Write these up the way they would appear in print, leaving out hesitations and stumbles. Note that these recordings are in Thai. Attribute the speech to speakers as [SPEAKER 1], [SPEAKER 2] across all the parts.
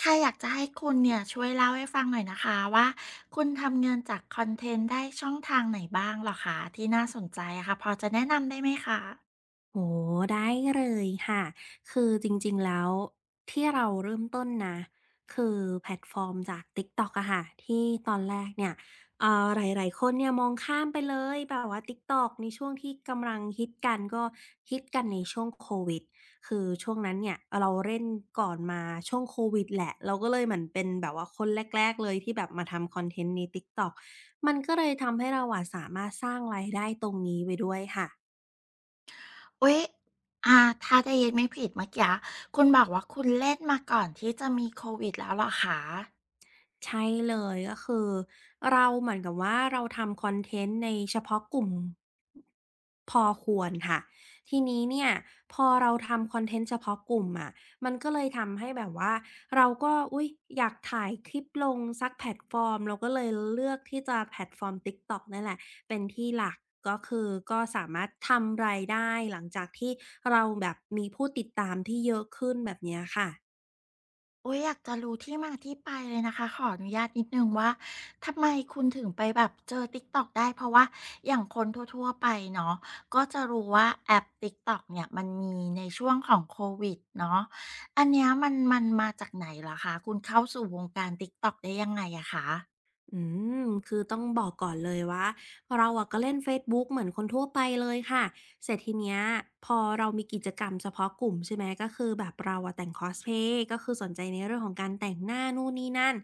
[SPEAKER 1] ใครอยากจะให้คุณเนี่ยช่วยเล่าให้ฟังหน่อยนะคะว่าคุณทำเงินจากคอนเทนต์ได้ช่องทางไหนบ้างเหรอคะที่น่าสนใจอะค่ะพอจะแนะนำได้ไหมคะ
[SPEAKER 2] โอ้ได้เลยค่ะคือจริงๆแล้วที่เราเริ่มต้นนะคือแพลตฟอร์มจาก TikTok อะค่ะที่ตอนแรกเนี่ยหลายๆคนเนี่ยมองข้ามไปเลยแบบว่า TikTok ในช่วงที่กำลังฮิตกันก็ฮิตกันในช่วงโควิดคือช่วงนั้นเนี่ยเราเล่นก่อนมาช่วงโควิดแหละเราก็เลยเหมือนเป็นแบบว่าคนแรกๆเลยที่แบบมาทำคอนเทนต์ใน TikTok มันก็เลยทำให้เราอะสามารถสร้างรายได้ตรงนี้ไปด้วยค่ะ
[SPEAKER 1] อุ๊ยอ่าถ้าได้ยินไม่ผิดเมื่อกี้คุณบอกว่าคุณเล่นมาก่อนที่จะมีโควิดแล้วเหรอคะ
[SPEAKER 2] ใช่เลยก็คือเราเหมือนกับว่าเราทำคอนเทนต์ในเฉพาะกลุ่มพอควรค่ะทีนี้เนี่ยพอเราทำคอนเทนต์เฉพาะกลุ่มอะมันก็เลยทำให้แบบว่าเราก็อุ๊ยอยากถ่ายคลิปลงสักแพลตฟอร์มเราก็เลยเลือกที่จะแพลตฟอร์ม TikTok นั่นแหละเป็นที่หลักก็คือก็สามารถทำรายได้หลังจากที่เราแบบมีผู้ติดตามที่เยอะขึ้นแบบเนี้ยค่ะ
[SPEAKER 1] โอ้ยอยากจะรู้ที่มาที่ไปเลยนะคะขออนุญาตนิดนึงว่าทำไมคุณถึงไปแบบเจอ TikTok ได้เพราะว่าอย่างคนทั่วๆไปเนาะก็จะรู้ว่าแอป TikTok เนี่ยมันมีในช่วงของโควิดเนาะอันเนี้ยมันมาจากไหนเหรอคะคุณเข้าสู่วงการ TikTok ได้ยังไงอะคะ
[SPEAKER 2] อืมคือต้องบอกก่อนเลยว่าเราอะก็เล่นเฟซบุ๊กเหมือนคนทั่วไปเลยค่ะเสร็จทีเนี้ยพอเรามีกิจกรรมเฉพาะกลุ่มใช่ไหมก็คือแบบเราอะแต่งคอสเพลย์ก็คือสนใจในเรื่องของการแต่งหน้านู่นนี่นั่น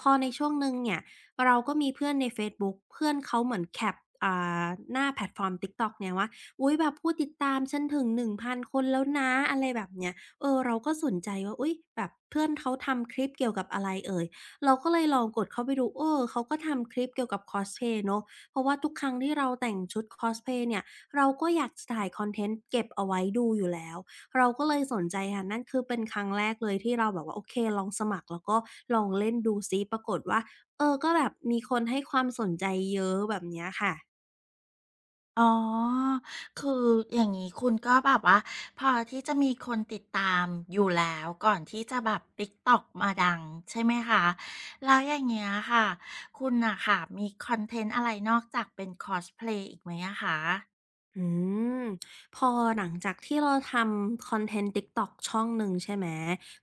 [SPEAKER 2] พอในช่วงหนึ่งเนี่ยเราก็มีเพื่อนในเฟซบุ๊กเพื่อนเขาเหมือนแคปอ่าหน้าแพลตฟอร์ม TikTok เนี่ยว่าอุ๊ยแบบผู้ติดตามฉันถึง1,000 คนแล้วนะอะไรแบบเนี้ยเออเราก็สนใจว่าอุ๊ยแบบเพื่อนเขาทำคลิปเกี่ยวกับอะไรเอ่ย เราก็เลยลองกดเข้าไปดู เออ เขาก็ทำคลิปเกี่ยวกับ c o s p l ย์เนาะเพราะว่าทุกครั้งที่เราแต่งชุด c o s p l ย์เนี่ย เราก็อยากจะถ่ายคอนเทนต์เก็บเอาไว้ดูอยู่แล้ว เราก็เลยสนใจค่ะนั่นคือเป็นครั้งแรกเลยที่เราแบบว่าโอเคลองสมัครแล้วก็ลองเล่นดูซิปรากฏว่าเออก็แบบมีคนให้ความสนใจเยอะแบบเนี้ยค่ะ
[SPEAKER 1] อ๋อ คืออย่างนี้คุณก็แบบว่าพอที่จะมีคนติดตามอยู่แล้วก่อนที่จะแบบ TikTok มาดังใช่ไหมคะ แล้วอย่างเงี้ยค่ะคุณน่ะค่ะมีคอนเทนต์อะไรนอกจากเป็นคอสเพลย์อีกไหมอะคะ
[SPEAKER 2] อืมพอหลังจากที่เราทำคอนเทนต์ TikTok ช่องหนึ่งใช่ไหม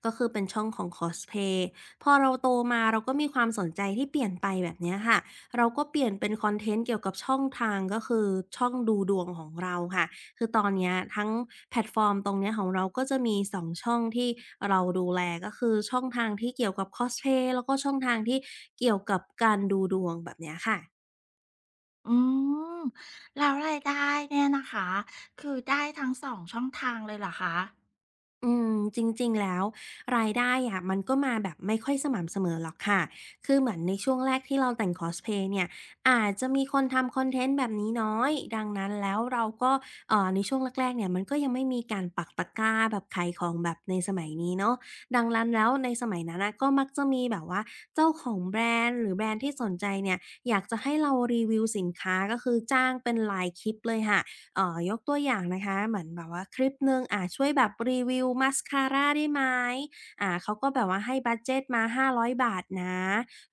[SPEAKER 2] ก็คือเป็นช่องของคอสเพลย์พอเราโตมาเราก็มีความสนใจที่เปลี่ยนไปแบบเนี้ยค่ะเราก็เปลี่ยนเป็นคอนเทนต์เกี่ยวกับช่องทางก็คือช่องดูดวงของเราค่ะคือตอนเนี้ยทั้งแพลตฟอร์มตรงเนี้ยของเราก็จะมี2ช่องที่เราดูแลก็คือช่องทางที่เกี่ยวกับคอสเพลย์แล้วก็ช่องทางที่เกี่ยวกับการดูดวงแบบเนี้ยค่ะ
[SPEAKER 1] อืมแล้วรายได้เนี่ยนะคะคือได้ทั้งสองช่องทางเลยเหรอคะ
[SPEAKER 2] อืมจริงๆแล้วรายได้อะมันก็มาแบบไม่ค่อยสม่ำเสมอหรอกค่ะคือเหมือนในช่วงแรกที่เราแต่งคอสเพลย์เนี่ยอาจจะมีคนทำคอนเทนต์แบบนี้น้อยดังนั้นแล้วเราก็ในช่วงแรกๆเนี่ยมันก็ยังไม่มีการปักตะกร้าแบบขายของแบบในสมัยนี้เนาะดังนั้นแล้วในสมัยนั้นน่ะก็มักจะมีแบบว่าเจ้าของแบรนด์หรือแบรนด์ที่สนใจเนี่ยอยากจะให้เรารีวิวสินค้าก็คือจ้างเป็นรายคลิปเลยค่ะ ยกตัวอย่างนะคะเหมือนแบบว่าคลิปหนึ่งช่วยแบบรีวิวมาสคาราได้ไหมเขาก็แบบว่าให้บัดเจตมา500บาทนะ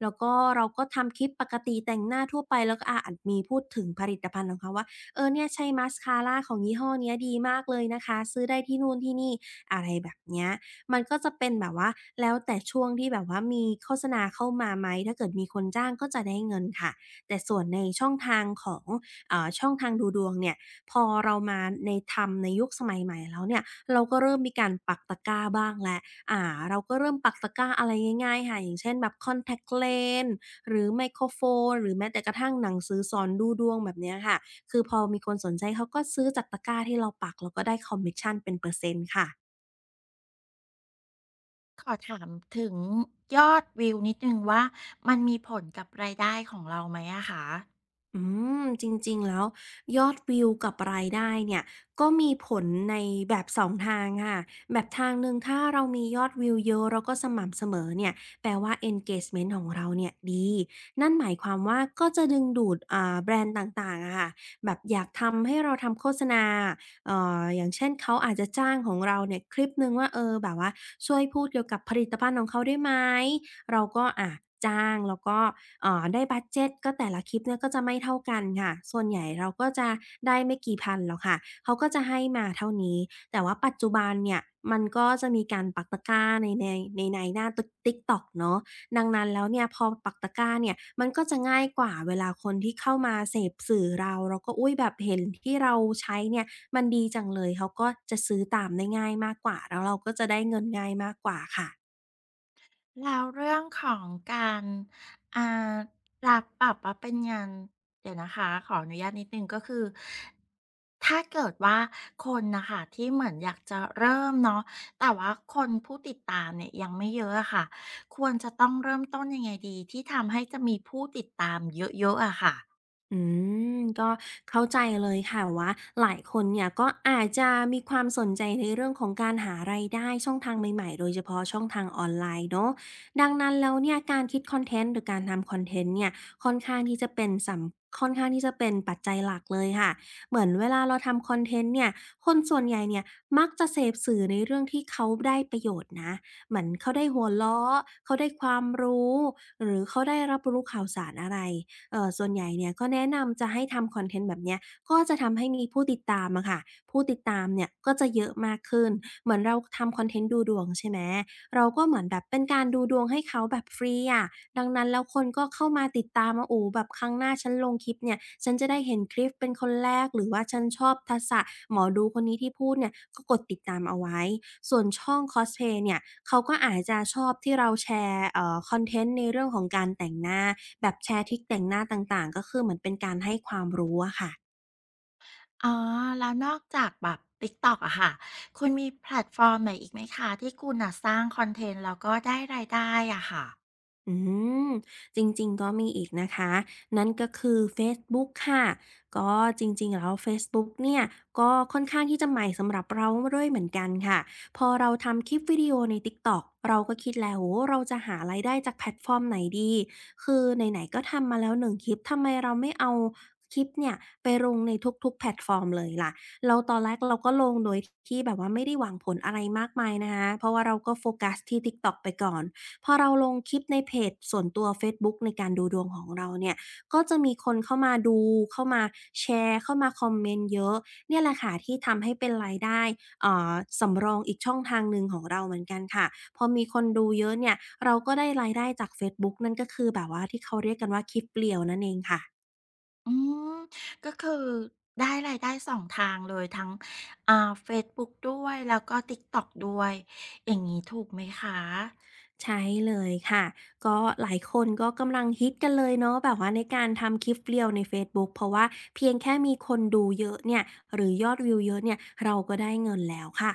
[SPEAKER 2] แล้วก็เราก็ทำคลิปปกติแต่งหน้าทั่วไปแล้วก็อาจมีพูดถึงผลิตภัณฑ์ของเขาว่าเออเนี่ยใช้มาสคาราของยี่ห้อเนี้ยดีมากเลยนะคะซื้อได้ที่นู่นที่นี่อะไรแบบเนี้ยมันก็จะเป็นแบบว่าแล้วแต่ช่วงที่แบบว่ามีโฆษณาเข้ามาไหมถ้าเกิดมีคนจ้างก็จะได้เงินค่ะแต่ส่วนในช่องทางของช่องทางดูดวงเนี่ย พอเรามาในทำในยุคสมัยใหม่แล้วเนี่ยเราก็เริ่มมีการปักตะกร้าบ้างแล้วอ่าเราก็เริ่มปักตะกร้าอะไรง่ายๆค่ะอย่างเช่นแบบ Contact Lens หรือไมโครโฟนหรือแม้แต่กระทั่งหนังสือสอนดูดวงแบบเนี้ยค่ะคือพอมีคนสนใจเขาก็ซื้อจากตะกร้าที่เราปักแล้วก็ได้คอมมิชชันเป็นเปอร์เซ็นต์ค่ะ
[SPEAKER 1] ขอถามถึงยอดวิวนิดหนึ่งว่ามันมีผลกับรายได้ของเราไหมอะคะ
[SPEAKER 2] อืมจริงๆ แล้วยอดวิวกับรายได้เนี่ยก็มีผลในแบบ2ทางค่ะแบบทางหนึ่งถ้าเรามียอดวิวเยอะแล้วก็สม่ำเสมอเนี่ยแปลว่า engagement ของเราเนี่ยดีนั่นหมายความว่าก็จะดึงดูดแบรนด์ต่างๆอะค่ะแบบอยากทำให้เราทำโฆษณาอย่างเช่นเขาอาจจะจ้างของเราเนี่ยคลิปหนึ่งว่าเออแบบว่าช่วยพูดเกี่ยวกับผลิตภัณฑ์ของเขาได้ไหมเราก็อะจ้างแล้วก็ อ่าได้บัดเจตก็แต่ละคลิปเนี่ยก็จะไม่เท่ากันค่ะส่วนใหญ่เราก็จะได้ไม่กี่พันหรอกค่ะเขาก็จะให้มาเท่านี้แต่ว่าปัจจุบันเนี่ยมันก็จะมีการปักตะกร้าในหน้าต๊กต็อกเนาะดังนั้นแล้วเนี่ยพอปักตะกร้าเนี่ยมันก็จะง่ายกว่าเวลาคนที่เข้ามาเสพสื่อเราแล้วก็อุ้ยแบบเห็นที่เราใช้เนี่ยมันดีจังเลยเขาก็จะซื้อตามได้ง่ายมากกว่าแล้วเราก็จะได้เงินง่ายมากกว่าค่ะ
[SPEAKER 1] แล้วเรื่องของการอ่ารับปรับว่าเป็นงานเดี๋ยวนะคะขออนุญาตนิดนึงก็คือถ้าเกิดว่าคนนะคะที่เหมือนอยากจะเริ่มเนาะแต่ว่าคนผู้ติดตามเนี่ยยังไม่เยอะอะค่ะควรจะต้องเริ่มต้นยังไงดีที่ทำให้จะมีผู้ติดตามเยอะๆอะค่ะ
[SPEAKER 2] อืมก็เข้าใจเลยค่ะว่าหลายคนเนี่ยก็อาจจะมีความสนใจในเรื่องของการหารายได้ช่องทางใหม่ๆโดยเฉพาะช่องทางออนไลน์เนาะดังนั้นแล้วเนี่ยการคิดคอนเทนต์หรือการทำคอนเทนต์เนี่ยค่อนข้างที่จะเป็นสำค่อนข้างที่จะเป็นปัจจัยหลักเลยค่ะเหมือนเวลาเราทำคอนเทนต์เนี่ยคนส่วนใหญ่เนี่ยมักจะเสพสื่อในเรื่องที่เขาได้ประโยชน์นะเหมือนเขาได้หัวเราะเขาได้ความรู้หรือเขาได้รับรู้ข่าวสารอะไร ส่วนใหญ่เนี่ยก็แนะนำจะให้ทำคอนเทนต์แบบเนี้ยก็จะทำให้มีผู้ติดตามอะค่ะผู้ติดตามเนี่ยก็จะเยอะมากขึ้นเหมือนเราทำคอนเทนต์ดูดวงใช่ไหมเราก็เหมือนแบบเป็นการดูดวงให้เขาแบบฟรีอะดังนั้นแล้วคนก็เข้ามาติดตามว่าโอ้โฮแบบครั้งหน้าฉันลงคลิปเนี่ยฉันจะได้เห็นคลิปเป็นคนแรกหรือว่าฉันชอบทักษะหมอดูคนนี้ที่พูดเนี่ยก็กดติดตามเอาไว้ส่วนช่องคอสเพลย์เนี่ยเขาก็อาจจะชอบที่เราแชร์คอนเทนต์ในเรื่องของการแต่งหน้า แบบแชร์ทริคแต่งหน้าต่างๆก็คือเหมือนเป็นการให้ความรู้อะค่ะ
[SPEAKER 1] อ๋อแล้วนอกจากแบบ TikTok อกอะค่ะคุณมีแพลตฟอร์มไหนอีกไหมคะที่คุณนะสร้างคอนเทนต์แล้วก็ได้รายได้อะค่ะ
[SPEAKER 2] อืมจริงๆก็มีอีกนะคะนั่นก็คือเฟซบุ๊กค่ะก็จริงๆแล้วเฟซบุ๊กเนี่ยก็ค่อนข้างที่จะใหม่สำหรับเราด้วยเหมือนกันค่ะพอเราทำคลิปวิดีโอใน TikTok เราก็คิดแล้วโอ้โฮเราจะหารายได้จากแพลตฟอร์มไหนดีคือไหนๆก็ทำมาแล้วหนึ่งคลิปทำไมเราไม่เอาคลิปเนี่ยไปลงในทุกๆแพลตฟอร์มเลยล่ะแล้วตอนแรกเราก็ลงโดยที่แบบว่าไม่ได้หวังผลอะไรมากมายนะคะเพราะว่าเราก็โฟกัสที่ TikTok ไปก่อน พอเราลงคลิปในเพจส่วนตัวเฟซบุ๊กในการดูดวงของเราเนี่ยก็จะมีคนเข้ามาดูเข้ามาแชร์เข้ามาคอมเมนต์เยอะเนี่ยแหละค่ะที่ทำให้เป็นรายได้เอ่อสำรองอีกช่องทางหนึ่งของเราเหมือนกันค่ะพอมีคนดูเยอะเนี่ย เราก็ได้รายได้จากเฟซบุ๊กนั่นก็คือแบบว่าที่เขาเรียกกันว่าคลิปเรียวนั่นเองค่ะ
[SPEAKER 1] อืมก็คือได้รายได้สองทางเลยทั้งอ่าเฟซบุ๊กด้วยแล้วก็ TikTok ด้วยอย่างนี้ถูกไหมคะ
[SPEAKER 2] ใช่เลยค่ะก็หลายคนก็กำลังฮิตกันเลยเนาะแบบว่าในการทำคลิป r รียวในเฟซบุ๊กเพราะว่าเพียงแค่มีคนดูเยอะเนี่ยหรือยอดวิวเยอะเนี่ยเราก็ได้เงินแล้วค่ะ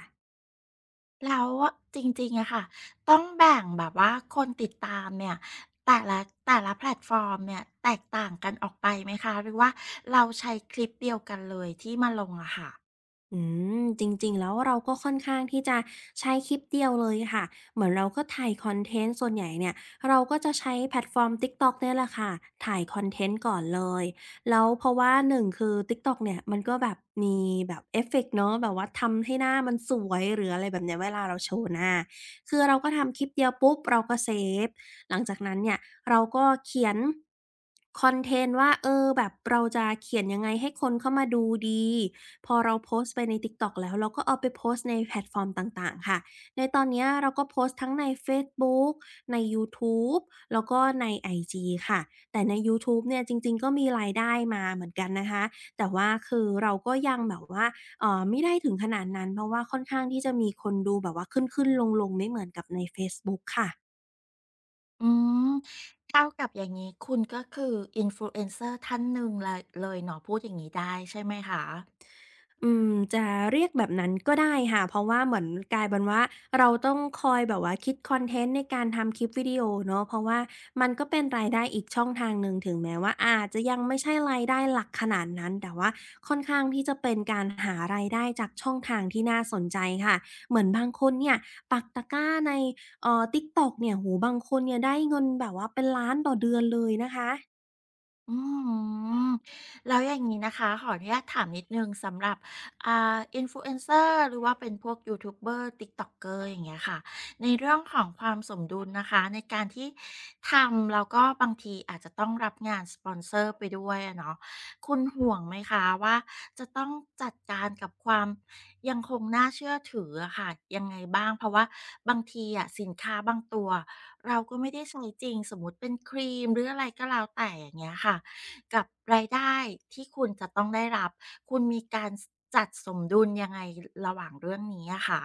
[SPEAKER 1] แล้วจริงๆอะค่ะต้องแบ่งแบบว่าคนติดตามเนี่ยแต่ละแต่ละแพลตฟอร์มเนี่ยแตกต่างกันออกไปไหมคะหรือว่าเราใช้คลิปเดียวกันเลยที่มาลงอะค่ะ
[SPEAKER 2] อืมจริงๆแล้วเราก็ค่อนข้างที่จะใช้คลิปเดียวเลยค่ะเหมือนเราก็ถ่ายคอนเทนต์ส่วนใหญ่เนี่ยเราก็จะใช้แพลตฟอร์ม TikTok เนี่ยแหละค่ะถ่ายคอนเทนต์ก่อนเลยแล้วเพราะว่าหนึ่งคือ TikTok เนี่ยมันก็แบบมีแบบเอฟเฟกต์เนาะแบบว่าทำให้หน้ามันสวยหรืออะไรแบบเนี้ยเวลาเราโชว์หน้าคือเราก็ทำคลิปเดียวปุ๊บเราก็เซฟ หลังจากนั้นเนี่ยเราก็เขียนคอนเทนต์ว่าเออแบบเราจะเขียนยังไงให้คนเข้ามาดูดีพอเราโพสต์ไปใน TikTok แล้วเราก็เอาไปโพสต์ในแพลตฟอร์มต่างๆค่ะในตอนเนี้ยเราก็โพสต์ทั้งในเฟซบุ๊กในยูทูบแล้วก็ในไอจีค่ะแต่ในยูทูบเนี่ยจริงๆก็มีรายได้มาเหมือนกันนะคะแต่ว่าคือเราก็ยังแบบว่าไม่ได้ถึงขนาดนั้นเพราะว่าค่อนข้างที่จะมีคนดูแบบว่าขึ้นๆลงๆไม่เหมือนกับในเฟซบุ๊กค่ะ
[SPEAKER 1] อืมเท่ากับอย่างงี้คุณก็คือ Influencer ท่านหนึ่งเลยเนาะพูดอย่างงี้ได้ใช่ไหมคะ
[SPEAKER 2] อืมจะเรียกแบบนั้นก็ได้ค่ะเพราะว่าเหมือนกลายเป็นว่าเราต้องคอยแบบว่าคิดคอนเทนต์ในการทำคลิปวิดีโอเนาะเพราะว่ามันก็เป็นรายได้อีกช่องทางหนึ่งถึงแม้ว่าอาจจะยังไม่ใช่รายได้หลักขนาดนั้นแต่ว่าค่อนข้างที่จะเป็นการหารายได้จากช่องทางที่น่าสนใจค่ะเหมือนบางคนเนี่ยปักตะกร้าในTikTok เนี่ยโอ้โฮบางคนเนี่ยได้เงินแบบว่าเป็นล้านต่อเดือนเลยนะคะ
[SPEAKER 1] อืมแล้วอย่างนี้นะคะขออนุญาตถามนิดนึงสำหรับอ่าอินฟลูเอนเซอร์หรือว่าเป็นพวกยูทูบเบอร์ t i ก t อกเกอร์อย่างเงี้ยค่ะในเรื่องของความสมดุลนะคะในการที่ทำแล้วก็บางทีอาจจะต้องรับงานสปอนเซอร์ไปด้วยอะเนาะคุณห่วงไหมคะว่าจะต้องจัดการกับความ ยังคงน่าเชื่อถืออะค่ะยังไงบ้างเพราะว่าบางทีอะสินค้าบางตัวเราก็ไม่ได้ใช้จริงสมมุติเป็นครีมหรืออะไรก็แล้วแต่อย่างเงี้ยค่ะกับรายได้ที่คุณจะต้องได้รับคุณมีการสจัดสมดุลยังไงระหว่างเรื่องนี้อะคะ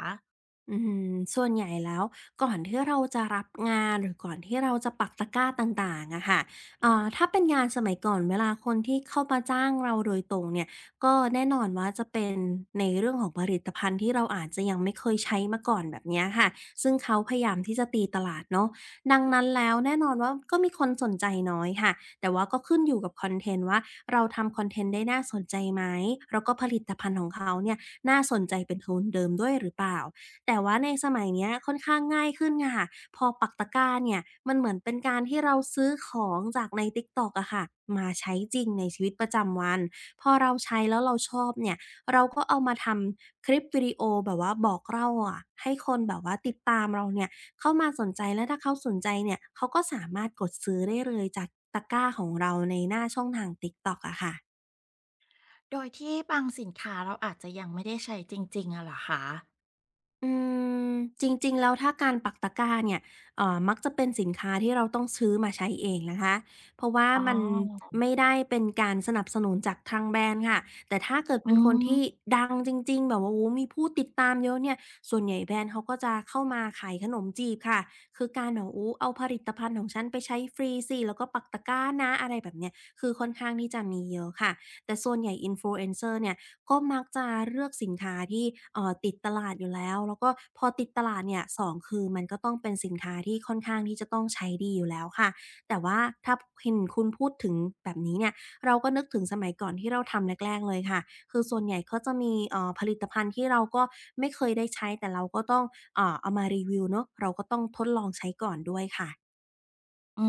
[SPEAKER 2] อืมส่วนใหญ่แล้วก่อนที่เราจะรับงานหรือก่อนที่เราจะปักตะกร้าต่างๆอะค่ะถ้าเป็นงานสมัยก่อนเวลาคนที่เข้ามาจ้างเราโดยตรงเนี่ย ก็แน่นอนว่าจะเป็นในเรื่องของผลิตภัณฑ์ที่เราอาจจะยังไม่เคยใช้มาก่อนแบบเนี้ยค่ะซึ่งเขาพยายามที่จะตีตลาดเนาะดังนั้นแล้วแน่นอนว่าก็มีคนสนใจน้อยค่ะแต่ว่าก็ขึ้นอยู่กับคอนเทนต์ว่าเราทำคอนเทนต์ได้น่าสนใจไหมแล้วก็ผลิตภัณฑ์ของเขาเนี่ยน่าสนใจเป็นทุนเดิมด้วยหรือเปล่า แต่ว่าในสมัยเนี้ยค่อนข้างง่ายขึ้นค่ะพอปักตะกร้าเนี่ยมันเหมือนเป็นการที่เราซื้อของจากใน TikTok อะค่ะมาใช้จริงในชีวิตประจำวันพอเราใช้แล้วเราชอบเนี่ยเราก็เอามาทำคลิปวิดีโอแบบว่าบอกเล่าอะให้คนแบบว่าติดตามเราเนี่ยเข้ามาสนใจแล้วถ้าเขาสนใจเนี่ยเขาก็สามารถกดซื้อได้เลยจากตะกร้าของเราในหน้าช่องทาง TikTok อะค่ะ
[SPEAKER 1] โดยที่บางสินค้าเราอาจจะยังไม่ได้ใช้จริงๆอะเหรอคะ
[SPEAKER 2] อืมจริงๆแล้วถ้าการปักตะกร้าเนี่ยมักจะเป็นสินค้าที่เราต้องซื้อมาใช้เองนะคะเพราะว่า
[SPEAKER 1] อ๋อ
[SPEAKER 2] มันไม่ได้เป็นการสนับสนุนจากทางแบรนด์ค่ะแต่ถ้าเกิดเป็
[SPEAKER 1] อื
[SPEAKER 2] นคนที่
[SPEAKER 1] ม
[SPEAKER 2] ดังจริงๆแบบว่าโอ้โฮมีผู้ติดตามเยอะเนี่ยส่วนใหญ่แบรนด์เขาก็จะเข้ามาขายขนมจีบค่ะคือการแบบโอ้เอาผลิตภัณฑ์ของฉันไปใช้ฟรีสิแล้วก็ปักตะกร้านะอะไรแบบเนี้ยคือค่อนข้างที่จะมีเยอะค่ะแต่ส่วนใหญ่ Influencer เนี่ย ก็มักจะเลือกสินค้าที่ติดตลาดอยู่แล้วแล้วก็พอติดตลาดเนี่ยสองคือมันก็ต้องเป็นสินค้าที่ค่อนข้างที่จะต้องใช้ดีอยู่แล้วค่ะแต่ว่าถ้าเห็นคุณพูดถึงแบบนี้เนี่ยเราก็นึกถึงสมัยก่อนที่เราทำแรกๆเลยค่ะคือส่วนใหญ่ก็จะมีผลิตภัณฑ์ที่เราก็ไม่เคยได้ใช้แต่เราก็ต้องเอามารีวิวเนาะเราก็ต้องทดลองใช้ก่อนด้วยค่ะ
[SPEAKER 1] อื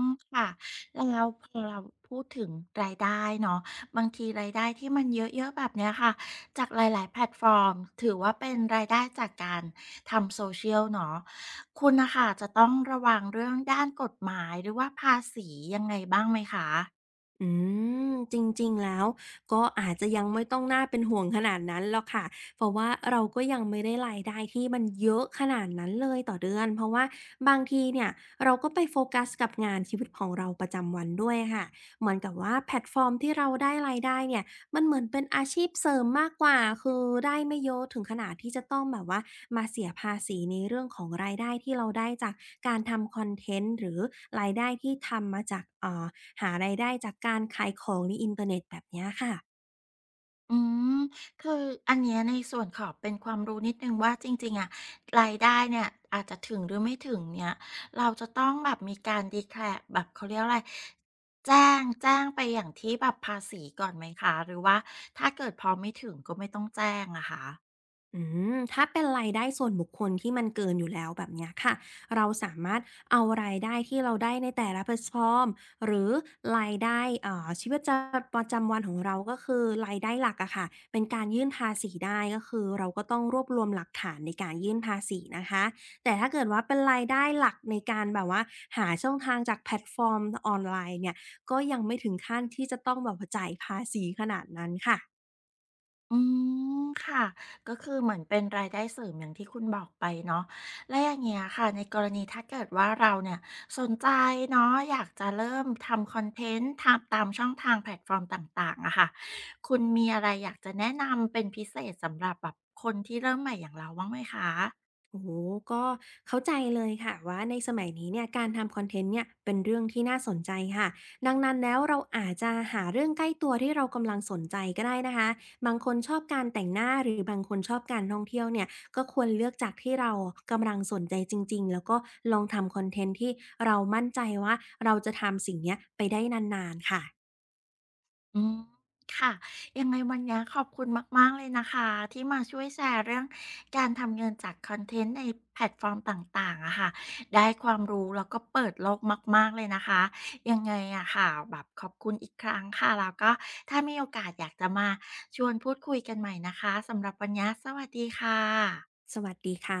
[SPEAKER 1] มค่ะแล้วพอเราพูดถึงรายได้เนาะบางทีรายได้ที่มันเยอะๆแบบเนี้ยค่ะจากหลายๆแพลตฟอร์มถือว่าเป็นรายได้จากการทำโซเชียลเนาะคุณนะคะจะต้องระวังเรื่องด้านกฎหมายหรือว่าภาษียังไงบ้างไหมคะ
[SPEAKER 2] อืมจริงๆแล้วก็อาจจะยังไม่ต้องน่าเป็นห่วงขนาดนั้นหรอกค่ะเพราะว่าเราก็ยังไม่ได้รายได้ที่มันเยอะขนาดนั้นเลยต่อเดือนเพราะว่าบางทีเนี่ยเราก็ไปโฟกัสกับงานชีวิตของเราประจำวันด้วยค่ะเหมือนกับว่าแพลตฟอร์มที่เราได้รายได้เนี่ยมันเหมือนเป็นอาชีพเสริมมากกว่าคือได้ไม่เยอะถึงขนาดที่จะต้องแบบว่ามาเสียภาษีในเรื่องของรายได้ที่เราได้จากการทำคอนเทนต์หรือรายได้ที่ทำมาจากหารายได้จากการขายของในอินเทอร์เน็ตแบบเนี้ยค่ะ
[SPEAKER 1] อืมคืออันเนี้ยในส่วนขอเป็นความรู้นิดหนึ่งว่าจริงๆอะรายได้เนี่ยอาจจะถึงหรือไม่ถึงเนี่ยเราจะต้องแบบมีการดีแคลร e แบบเขาเรียกอะไรแจ้งไปอย่างที่แบบภาษีก่อนไหมคะหรือว่าถ้าเกิดพอไม่ถึงก็ไม่ต้องแจ้งอะคะ
[SPEAKER 2] อืมถ้าเป็นรายได้ส่วนบุคคลที่มันเกินอยู่แล้วแบบเนี้ยค่ะเราสามารถเอารายได้ที่เราได้ในแต่ละแพลตฟอร์มหรือรายได้ชีวิตประจำวันของเราก็คือรายได้หลักอะค่ะเป็นการยื่นภาษีได้ก็คือเราก็ต้องรวบรวมหลักฐานในการยื่นภาษีนะคะแต่ถ้าเกิดว่าเป็นรายได้หลักในการแบบว่าหาช่องทางจากแพลตฟอร์มออนไลน์เนี่ยก็ยังไม่ถึงขั้นที่จะต้องแบบว่าจ่ายภาษีขนาดนั้นค่ะ
[SPEAKER 1] อืมค่ะก็คือเหมือนเป็นรายได้เสริมอย่างที่คุณบอกไปเนาะและอย่างเงี้ยค่ะในกรณีถ้าเกิดว่าเราเนี่ยสนใจเนาะอยากจะเริ่มทำคอนเทนต์ทำตามช่องทางแพลตฟอร์มต่างๆอะค่ะคุณมีอะไรอยากจะแนะนำเป็นพิเศษสำหรับแบบคนที่เริ่มใหม่อย่างเราบ้างไหมคะ
[SPEAKER 2] โอ้โหก็เข้าใจเลยค่ะว่าในสมัยนี้เนี่ยการทำคอนเทนต์เนี่ยเป็นเรื่องที่น่าสนใจค่ะดังนั้นแล้วเราอาจจะหาเรื่องใกล้ตัวที่เรากำลังสนใจก็ได้นะคะบางคนชอบการแต่งหน้าหรือบางคนชอบการท่องเที่ยวเนี่ยก็ควรเลือกจากที่เรากำลังสนใจจริงๆแล้วก็ลองทำคอนเทนต์ที่เรามั่นใจว่าเราจะทำสิ่งเนี้ยไปได้นานๆค่ะ
[SPEAKER 1] อืมค่ะยังไงวันนี้ขอบคุณมากๆเลยนะคะที่มาช่วยแชร์เรื่องการทำเงินจากคอนเทนต์ในแพลตฟอร์มต่างๆอะค่ะได้ความรู้แล้วก็เปิดโลกมากๆเลยนะคะยังไงอะค่ะแบบขอบคุณอีกครั้งค่ะแล้วก็ถ้ามีโอกาสอยากจะมาชวนพูดคุยกันใหม่นะคะสำหรับวันนี้สวัสดีค่ะ
[SPEAKER 2] สวัสดีค่ะ